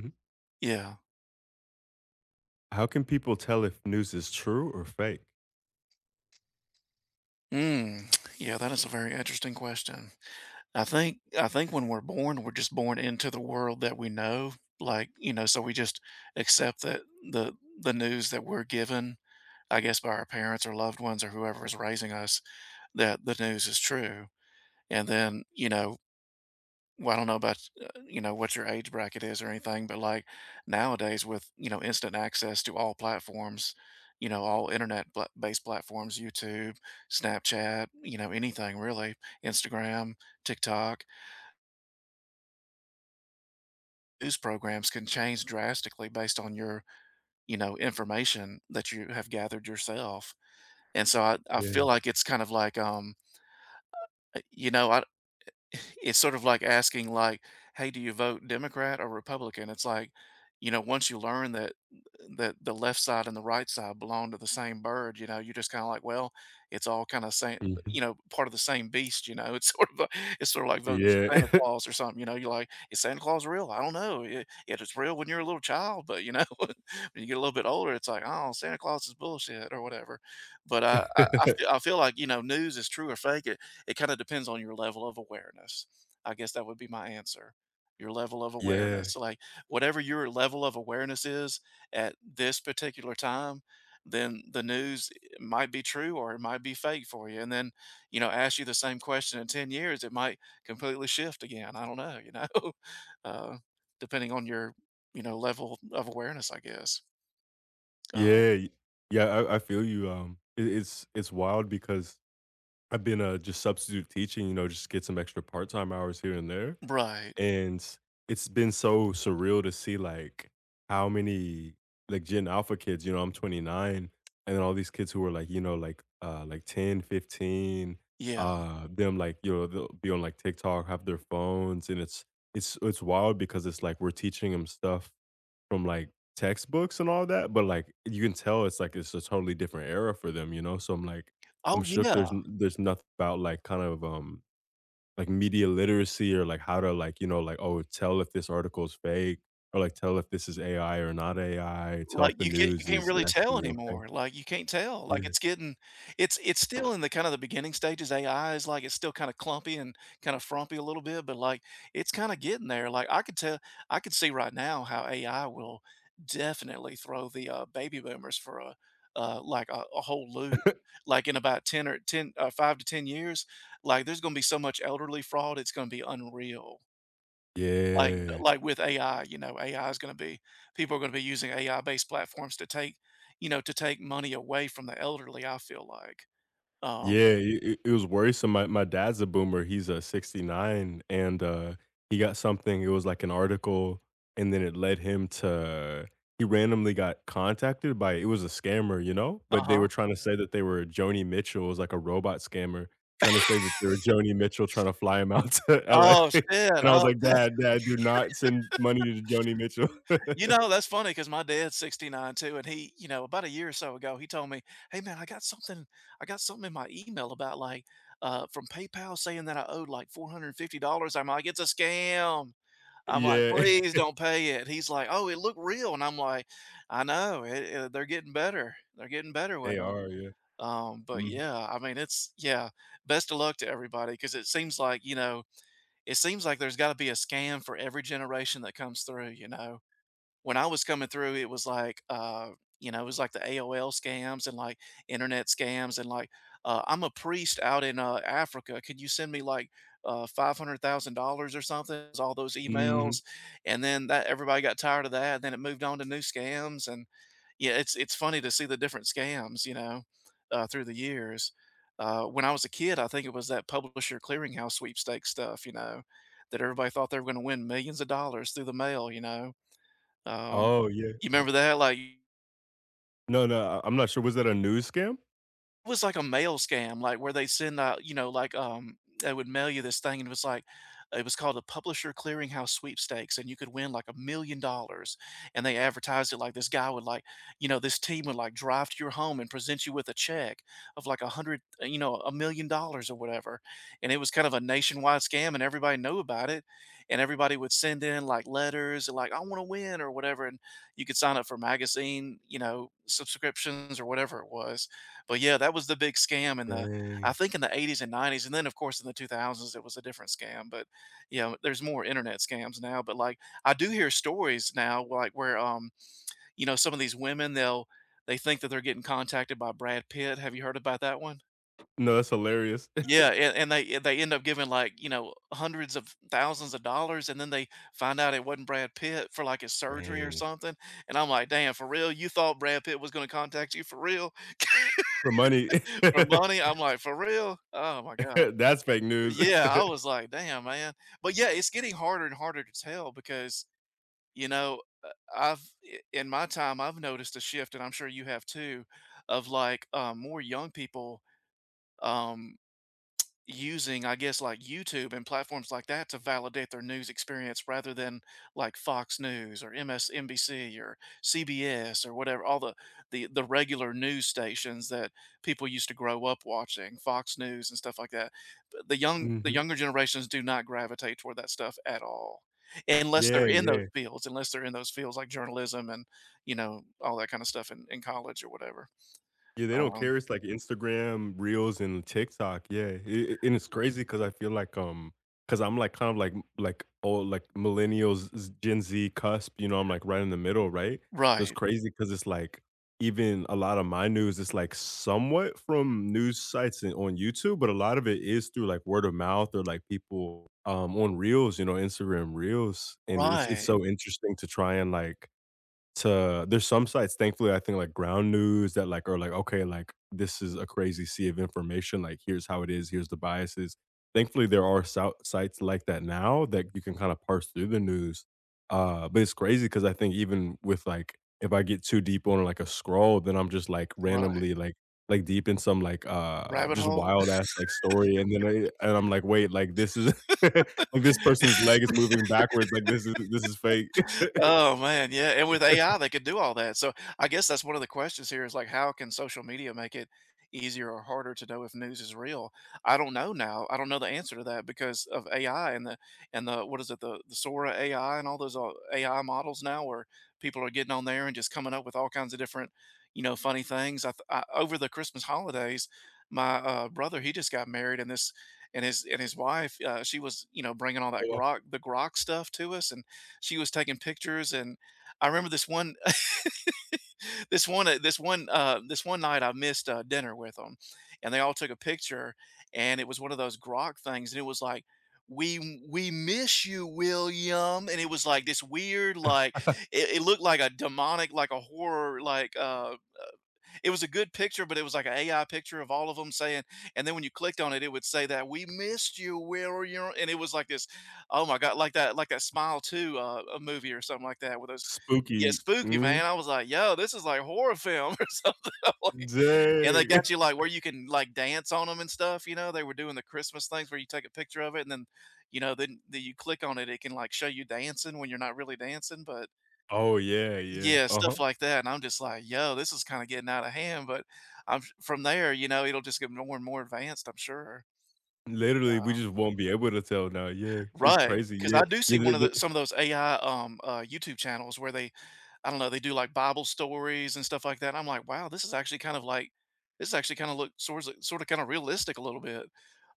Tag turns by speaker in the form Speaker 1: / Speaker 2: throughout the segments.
Speaker 1: Mhm.
Speaker 2: Yeah.
Speaker 1: How can people tell if news is true or fake?
Speaker 2: Mm. Yeah, that is a very interesting question. I think when we're born, we're just born into the world that we know. Like, you know, so we just accept that the the news that we're given, I guess by our parents or loved ones or whoever is raising us, that the news is true. And then, you know, Well, I don't know about, what your age bracket is or anything, but like nowadays with, instant access to all platforms, you know, all based platforms, YouTube, Snapchat, you know, anything really, Instagram, TikTok, news programs can change drastically based on your, you know, information that you have gathered yourself. And so I
Speaker 1: Yeah.
Speaker 2: feel like it's kind of like, you know, I, it's sort of like asking like, hey, do you vote Democrat or Republican? It's like, you know, once you learn that the left side and the right side belong to the same bird, you know, you're just kind of like, well, it's all kind of same, you
Speaker 1: Mhm.
Speaker 2: know, part of the same beast, you know. It's sort of like voting for Santa
Speaker 1: Yeah.
Speaker 2: Claus or something, you know. You're like, is Santa Claus real? I don't know. It is real when you're a little child, but you know, when you get a little bit older, it's like, oh, Santa Claus is bullshit or whatever. But I feel like, you know, news is true or fake, it kinda depends on your level of awareness. I guess that would be my answer. Your level of
Speaker 1: Yeah.
Speaker 2: awareness, like, whatever your level of awareness is at this particular time, then the news might be true or it might be fake for you, and then, you know, ask you the same question in 10 years, it might completely shift again. I don't know, you know? Uh, depending on your, you know, level of awareness, I guess. Uh
Speaker 1: Yeah, y yeah, I feel you. It's wild because I've been, just substitute teaching, you know, just get some extra part-time hours here and there.
Speaker 2: Right.
Speaker 1: And it's been so surreal to see, like, how many, like, Gen Alpha kids, you know, I'm 29, and then all these kids who were like, you know, like 10, 15,
Speaker 2: Yeah.
Speaker 1: them like, you know, they'll be on like TikTok, have their phones, and it's wild because it's like we're teaching them stuff from like textbooks and all that, but like you can tell it's like it's a totally different era for them, you know. So I'm like, I'm
Speaker 2: Oh,
Speaker 1: shook.
Speaker 2: yeah.
Speaker 1: There's nothing about like kind of like media literacy or like how to like you know like oh tell if this article is fake or like tell if this is AI or not AI, tell
Speaker 2: Like,
Speaker 1: if the
Speaker 2: you
Speaker 1: news
Speaker 2: can't
Speaker 1: is
Speaker 2: really tell
Speaker 1: actually okay.
Speaker 2: anymore, like, you can't tell, like,
Speaker 1: Yeah.
Speaker 2: it's getting it's still in the kind of the beginning stages, AI is, like, it's still kinda clumpy and kinda frumpy a little bit, but, like, it's kinda getting there, like, I could see right now how AI will definitely throw the, baby boomers for a, like, a whole loop, like, in about 10 or 10 5 to 10 years, like, there's gonna be so much elderly fraud, it's gonna be unreal.
Speaker 1: Yeah.
Speaker 2: Like with AI, you know, AI is gonna be people are gonna be using AI-based platforms to take, you know, to take money away from the elderly, I feel like. Oh
Speaker 1: Yeah, it was worrisome. My dad's a boomer, he's a 69, and, he got something, it was like an article, and then it led him to, he randomly got contacted by, it was a scammer, you know? But they
Speaker 2: Uh-huh.
Speaker 1: were trying to say that they were Joni Mitchell, it was like a robot scammer, trying to say that they were Joni Mitchell trying to fly him out to LA,
Speaker 2: Oh, shit.
Speaker 1: and I
Speaker 2: Oh,
Speaker 1: was like, "Dad, dad, do not send money to Joni Mitchell."
Speaker 2: you know, that's funny because my dad's 69 too, and he, you know, about a year or so ago, he told me, "Hey, man, I got something in my email about, like, from PayPal saying that I owed, like, $450." I'm like, "It's a scam." I'm like,
Speaker 1: Yeah,
Speaker 2: "Please don't pay it." He's like, "Oh, it looked real," and I'm like, "I know, it they're getting better. They're getting better
Speaker 1: they
Speaker 2: with 'em."
Speaker 1: are, yeah.
Speaker 2: But
Speaker 1: Mhm,
Speaker 2: yeah, I mean, it's yeah, best of luck to everybody, because it seems like, you know, it seems like there's gotta be a scam for every generation that comes through, you know? When I was coming through, it was like, it was like the AOL scams and like internet scams and like, I'm a priest out in Africa. Can you send me like $500,000 or something? It's All those
Speaker 1: mhm.
Speaker 2: emails, and then that everybody got tired of that. And then it moved on to new scams, and yeah, it's funny to see the different scams, you know, through the years. When I was a kid, I think it was that Publisher Clearinghouse Sweepstakes stuff, you know, that everybody thought they were going to win millions of dollars through the mail, you know, um,
Speaker 1: Oh, yeah.
Speaker 2: you remember that? Like,
Speaker 1: No, I I'm not sure, was that a news scam?
Speaker 2: it was like a mail scam, like, where they send out, you know, like, they would mail you this thing, and it was like, it was called a Publisher Clearinghouse Sweepstakes, and you could win, like, $1,000,000, and they advertised it like you know, this team would, like, drive to your home and present you with a check of, like, $1,000,000 or whatever, and it was kind of a nationwide scam, and everybody knew about it, and everybody would send in, like, letters and, like, "I wanna win," or whatever, and you could sign up for magazine, you know, subscriptions or whatever it was. But yeah, that was the big scam in the, I
Speaker 1: Dang.
Speaker 2: think in the 80s and 90s, and then, of course, in the 2000s, it was a different scam, but, you know, there's more internet scams now, but, like, I do hear stories now, like, where, you know, some of these women, they think that they're getting contacted by Brad Pitt. Have you heard about that one?
Speaker 1: No, that's hilarious.
Speaker 2: Yeah, and and they end up giving, like, you know, hundreds of thousands of dollars, and then they find out it wasn't Brad Pitt, for, like, his surgery or
Speaker 1: Dang.
Speaker 2: something, and I'm like, "Damn, for real? You thought Brad Pitt was gonna contact you for real?
Speaker 1: For money.
Speaker 2: For money?" I'm like, "For real? Oh my god."
Speaker 1: That's fake news.
Speaker 2: Yeah, I was like, "Damn, man." But, yeah, it's getting harder and harder to tell because, you know, I've I in my time, I've noticed a shift, and I'm sure you have too, of, like, more young people, um, using, I guess, like YouTube and platforms like that to validate their news experience rather than like Fox News or MSNBC or CBS or whatever, all the regular news stations that people used to grow up watching, Fox News and stuff like that. But the
Speaker 1: Mhm.
Speaker 2: younger generations do not gravitate toward that stuff at all. Unless
Speaker 1: Yeah,
Speaker 2: they're in those
Speaker 1: yeah.
Speaker 2: fields, unless they're in those fields like journalism and, you know, all that kind of stuff in college or whatever.
Speaker 1: Yeah, they don't
Speaker 2: Um,
Speaker 1: care. It's like Instagram Reels and TikTok. Yeah, it, and it's crazy because I feel like because I'm like kind of like old like millennials, Gen Z cusp. You know, I'm like right in the middle, right? So it's
Speaker 2: right,
Speaker 1: crazy because it's like even a lot of my news is like somewhat from news sites and on YouTube, but a lot of it is through like word of mouth or like people on Reels, you know, Instagram Reels, and it's
Speaker 2: right,
Speaker 1: so interesting to try and like to, there's some sites, thankfully, I think, like Ground News that, like, are like, "Okay, like, this is a crazy sea of information, like, here's how it is, here's the biases." Thankfully, there are sou sites like that now that you can kinda parse through the news, but it's crazy because I think even with, like, if I get too deep on, like, a scroll, then I'm just, like,
Speaker 2: right.
Speaker 1: randomly, like deep in some, like,
Speaker 2: Rabbit
Speaker 1: just
Speaker 2: hole.
Speaker 1: wild ass, like, story, and then I'm like, "Wait, like, this is like, this person's leg is moving backwards, like, this is fake."
Speaker 2: Oh man, yeah, and with AI, they could do all that. So I guess that's one of the questions here is like, how can social media make it easier or harder to know if news is real? I don't know now. I don't know the answer to that because of AI, and the what is it, the Sora AI and all those, AI models now, where people are getting on there and just coming up with all kinds of different, you know, funny things. I, th- I over the Christmas holidays, my, brother, he just got married, and this and his wife, she was, you know, bringing all that
Speaker 1: Oh,
Speaker 2: grok, the grok stuff to us, and she was taking pictures, and I remember this one, this one night I missed, dinner with them, and they all took a picture, and it was one of those grok things, and it was like, " we miss you, William," and it was like this weird, like,
Speaker 1: wow.
Speaker 2: it looked like a demonic, like a horror, like, it was a good picture, but it was like an AI picture of all of them saying, and then when you clicked on it, it would say that, "We missed you, where are you?" And it was like this, oh my god, like that, like that Smile 2, a movie or something like that with those. Yeah,
Speaker 1: Spooky.
Speaker 2: spooky, man.
Speaker 1: Mhm.
Speaker 2: I was like, "Yo, this is like horror film or something." I'm like, and they
Speaker 1: Dang.
Speaker 2: got you, like, where you can, like, dance on them and stuff, you know? They were doing the Christmas things where you take a picture of it, and then, you know, then you click on it, it can, like, show you dancing when you're not really dancing, but
Speaker 1: Oh, yeah, yeah.
Speaker 2: yeah,
Speaker 1: Uh-huh.
Speaker 2: stuff like that, and I'm just like, "Yo, this is kinda getting out of hand," but I'm from there, you know, it'll just get more and more advanced, I'm sure.
Speaker 1: Literally, we just won't be able to tell now, yeah. It's
Speaker 2: Right?
Speaker 1: crazy,
Speaker 2: Because I
Speaker 1: yeah.
Speaker 2: do
Speaker 1: Yeah,
Speaker 2: see one
Speaker 1: the
Speaker 2: of the
Speaker 1: the
Speaker 2: some of those AI, YouTube channels where they, I don't know, they do, like, Bible stories and stuff like that. I'm like, "Wow, this is actually kind of like, this is actually kinda look sorts of sorta kinda realistic a little bit."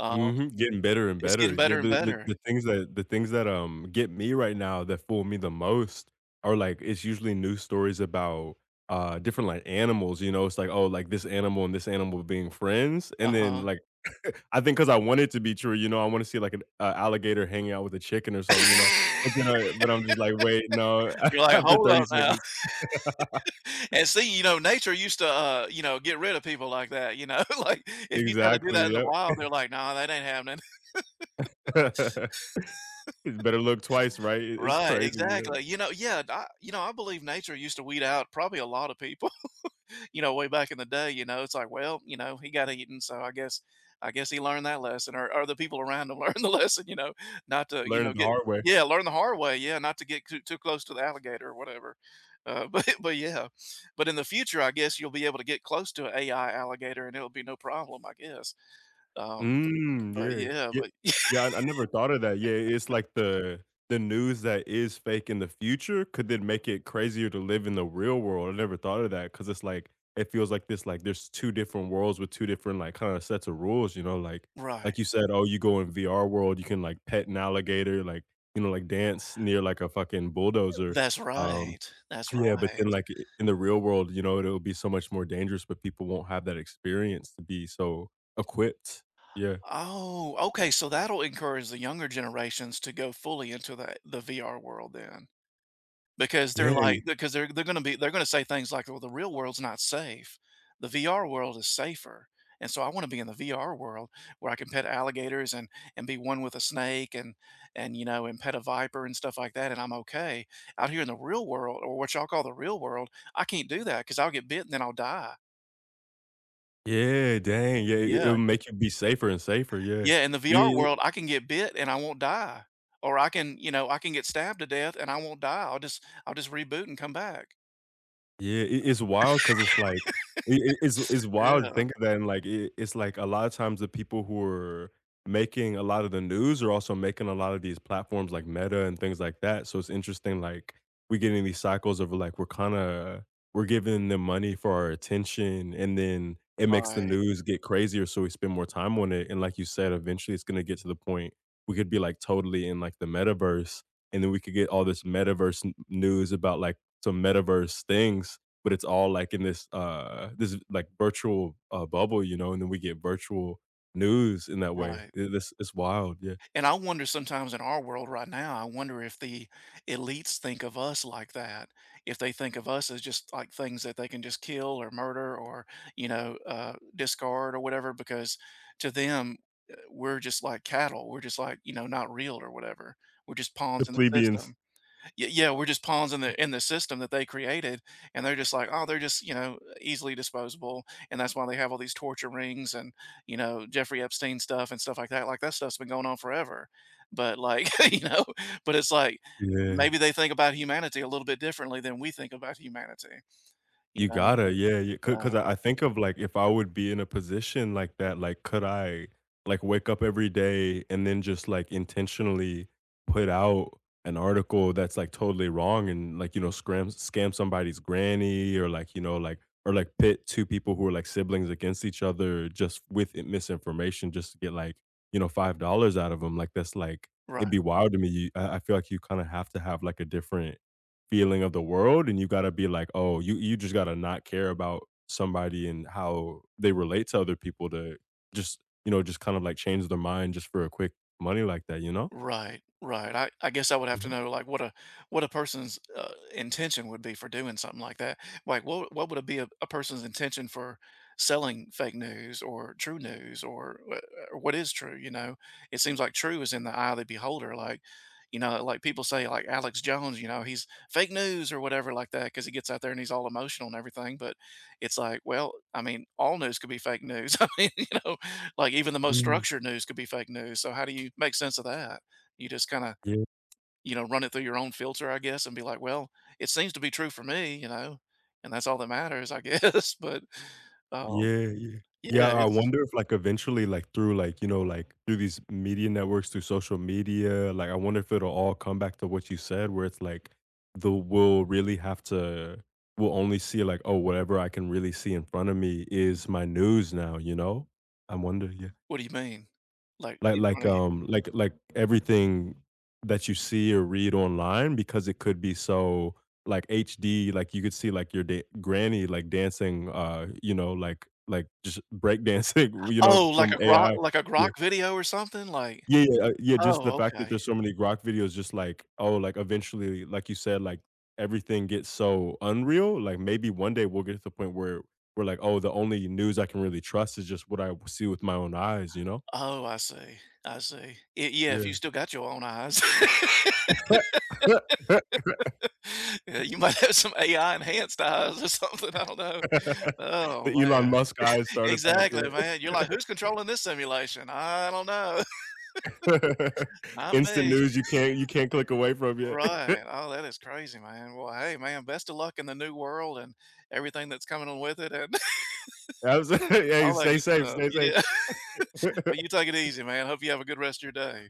Speaker 2: Um,
Speaker 1: Mhm, getting better and
Speaker 2: it's
Speaker 1: better.
Speaker 2: getting
Speaker 1: Yeah,
Speaker 2: better and
Speaker 1: the the
Speaker 2: better.
Speaker 1: the things that the things that, get me right now that fool me the most are, like, it's usually news stories about, different, like, animals, you know, it's like, "Oh, like, this animal and this animal being friends," and then,
Speaker 2: Uh-huh.
Speaker 1: like, I think because I want it to be true, you know, I wanna see, like, an a alligator hanging out with a chicken or something, you know, but I'm just like, "Wait, no,"
Speaker 2: You're like,
Speaker 1: after
Speaker 2: "Hold up
Speaker 1: 30
Speaker 2: now."
Speaker 1: seconds.
Speaker 2: And see, you know, nature used to, you know, get rid of people like that, you know? Like, if you try to do that in
Speaker 1: Exactly,
Speaker 2: the
Speaker 1: yep.
Speaker 2: wild, they're like, "Nah, that ain't happening."
Speaker 1: it's Better look twice, right? It's
Speaker 2: Right,
Speaker 1: crazy, yeah.
Speaker 2: exactly. I believe nature used to weed out probably a lot of people. You know, way back in the day, you know, it's like, well, you know, he got eaten, so I guess he learned that lesson, or the people around him learned the lesson, you know, not to,
Speaker 1: Learn the
Speaker 2: get
Speaker 1: hard way.
Speaker 2: yeah, learn the hard way, yeah, not to get too close to the alligator or whatever. But yeah, but in the future, I guess you'll be able to get close to an AI alligator, and it'll be no problem, I guess. Uh,
Speaker 1: Mm,
Speaker 2: but
Speaker 1: yeah,
Speaker 2: yeah,
Speaker 1: yeah,
Speaker 2: but
Speaker 1: yeah, I never thought of that, yeah, it's like the news that is fake in the future could then make it crazier to live in the real world, I never thought of that because it's like it feels like this like, there's 2 different worlds with 2 different, like, kinda sets of rules, you know,
Speaker 2: right,
Speaker 1: like you said, "Oh, you go in VR world, you can, like, pet an alligator, like, you know, like, dance near, like, a fucking bulldozer,"
Speaker 2: that's
Speaker 1: um,
Speaker 2: right, that's
Speaker 1: yeah, but
Speaker 2: right.
Speaker 1: then, like, I in the real world, you know, it'll be so much more dangerous, but people won't have that experience to be so equipped, yeah.
Speaker 2: Oh, okay, so that'll encourage the younger generations to go fully into the VR world then. Because they're
Speaker 1: Yeah,
Speaker 2: like because they're they're gonna be they're gonna say things like, "Well, the real world's not safe. The VR world is safer." And so I wanna be in the VR world where I can pet alligators and be one with a snake and, and pet a viper and stuff like that, and I'm okay. Out here in the real world, or what y'all call the real world, I can't do that because 'cause I'll get bit and then I'll die.
Speaker 1: yeah, dang, yeah, it
Speaker 2: Yeah.
Speaker 1: it'll make you be safer and safer, yeah.
Speaker 2: Yeah, in the VR
Speaker 1: Yeah.
Speaker 2: world, I can get bit and I won't die, or I can get stabbed to death and I won't die. I'll just reboot and come back.
Speaker 1: Yeah, it's wild because it's like it's wild to
Speaker 2: Yeah.
Speaker 1: think of that and, like, it it's like a lot of times the people who are making a lot of the news are also making a lot of these platforms like Meta and things like that, so it's interesting, like, we get in these cycles of, like, we're kinda we're giving them money for our attention, and then it makes the
Speaker 2: Right.
Speaker 1: news get crazier, so we spend more time on it, and like you said, eventually, it's gonna get to the point we could be, like, totally in, like, the metaverse, and then we could get all this metaverse n news about, like, some metaverse things, but it's all like in this this like virtual bubble, you know, and then we get virtual news in that way.
Speaker 2: Right.
Speaker 1: It's wild, yeah.
Speaker 2: And I wonder sometimes in our world right now, I wonder if the elites think of us like that. If they think of us as just like things that they can just kill or murder or, you know, discard or whatever, because to them, we're just like cattle. We're just like, you know, not real or whatever. We're just
Speaker 1: The
Speaker 2: pawns in the
Speaker 1: plebeians.
Speaker 2: system. Y yeah, we're just pawns in the system that they created, and they're just like, "Oh, they're just, you know, easily disposable," and that's why they have all these torture rings and, you know, Jeffrey Epstein stuff and stuff like, that stuff's been going on forever, but, like, you know, but it's like,
Speaker 1: Yeah.
Speaker 2: maybe they think about humanity a little bit differently than we think about humanity, you
Speaker 1: You
Speaker 2: know,
Speaker 1: gotta, yeah, you could,
Speaker 2: um
Speaker 1: 'cause I think of, like, if I would be in a position like that, like, could I, like, wake up every day and then just, like, intentionally put out an article that's, like, totally wrong and, like, you know, scram scam somebody's granny, or, like, you know, like or, like, pit 2 people who are, like, siblings against each other just with I misinformation just to get, like, you know, $5 out of them, like, that's, like, it'd
Speaker 2: Right.
Speaker 1: be wild to me, you, I feel like you kinda have to have, like, a different feeling of the world, and you gotta be like, oh, you just gotta not care about somebody and how they relate to other people to just, you know, just kind of like change their mind just for a quick money like that, you know?
Speaker 2: Right. I guess I would have to
Speaker 1: Mhm.
Speaker 2: know like what a person's intention would be for doing something like that. Like what would it be a person's intention for selling fake news or true news or what is true? You know, it seems like true is in the eye of the beholder. Like, you know, like people say like Alex Jones, you know, he's fake news or whatever like that because he gets out there and he's all emotional and everything. But it's like, well, I mean, all news could be fake news. I mean, you know, like even the most
Speaker 1: Mm.
Speaker 2: structured news could be fake news. So how do you make sense of that? You just kinda,
Speaker 1: Yeah.
Speaker 2: you know, run it through your own filter, I guess, and be like, "Well, it seems to be true for me," you know, and that's all that matters, I guess, but, um,
Speaker 1: Yeah, yeah. Yeah,
Speaker 2: yeah,
Speaker 1: I
Speaker 2: it's
Speaker 1: wonder if, like, eventually, like, through, like, you know, like, through these media networks, through social media, like, I wonder if it'll all come back to what you said where it's like, the we'll really have to, we'll only see, like, "Oh, whatever I can really see in front of me is my news now," you know? I wonder, yeah.
Speaker 2: What do you mean? Like,
Speaker 1: Like
Speaker 2: in front
Speaker 1: like,
Speaker 2: of you?
Speaker 1: like everything that you see or read online because it could be so, like, HD, like, you could see, like, your da granny, like, dancing, you know, like, just break dancing, you know,
Speaker 2: Oh, like
Speaker 1: from
Speaker 2: a
Speaker 1: AI. Yeah.
Speaker 2: Grok video or something? Like
Speaker 1: Yeah, yeah, yeah, just the
Speaker 2: Oh,
Speaker 1: fact that
Speaker 2: okay.
Speaker 1: there's so many Grok videos just like, oh, like, eventually, like you said, like, everything gets so unreal, like, maybe one day we'll get to the point where we're like, "Oh, the only news I can really trust is just what I see with my own eyes," you know?
Speaker 2: Oh, I see, I see. Y yeah, if you
Speaker 1: Yeah.
Speaker 2: still got your own eyes. Yeah, you might have some AI enhanced eyes or something, I don't know. Oh,
Speaker 1: The
Speaker 2: man.
Speaker 1: Elon Musk eyes starter pack,
Speaker 2: Exactly, man. You're
Speaker 1: yeah.
Speaker 2: like, "Who's controlling this simulation? I don't know. Not
Speaker 1: Instant
Speaker 2: me."
Speaker 1: news you can't click away from yet.
Speaker 2: Right. Oh, that is crazy, man. Well, hey, man, best of luck in the new world and everything that's coming on with it and
Speaker 1: Abso hey,
Speaker 2: all that
Speaker 1: stay
Speaker 2: good
Speaker 1: safe,
Speaker 2: stuff.
Speaker 1: stay safe.
Speaker 2: Yeah. Well, you take it easy, man. Hope you have a good rest of your day.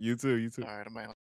Speaker 1: You too, you too.
Speaker 2: All right, man.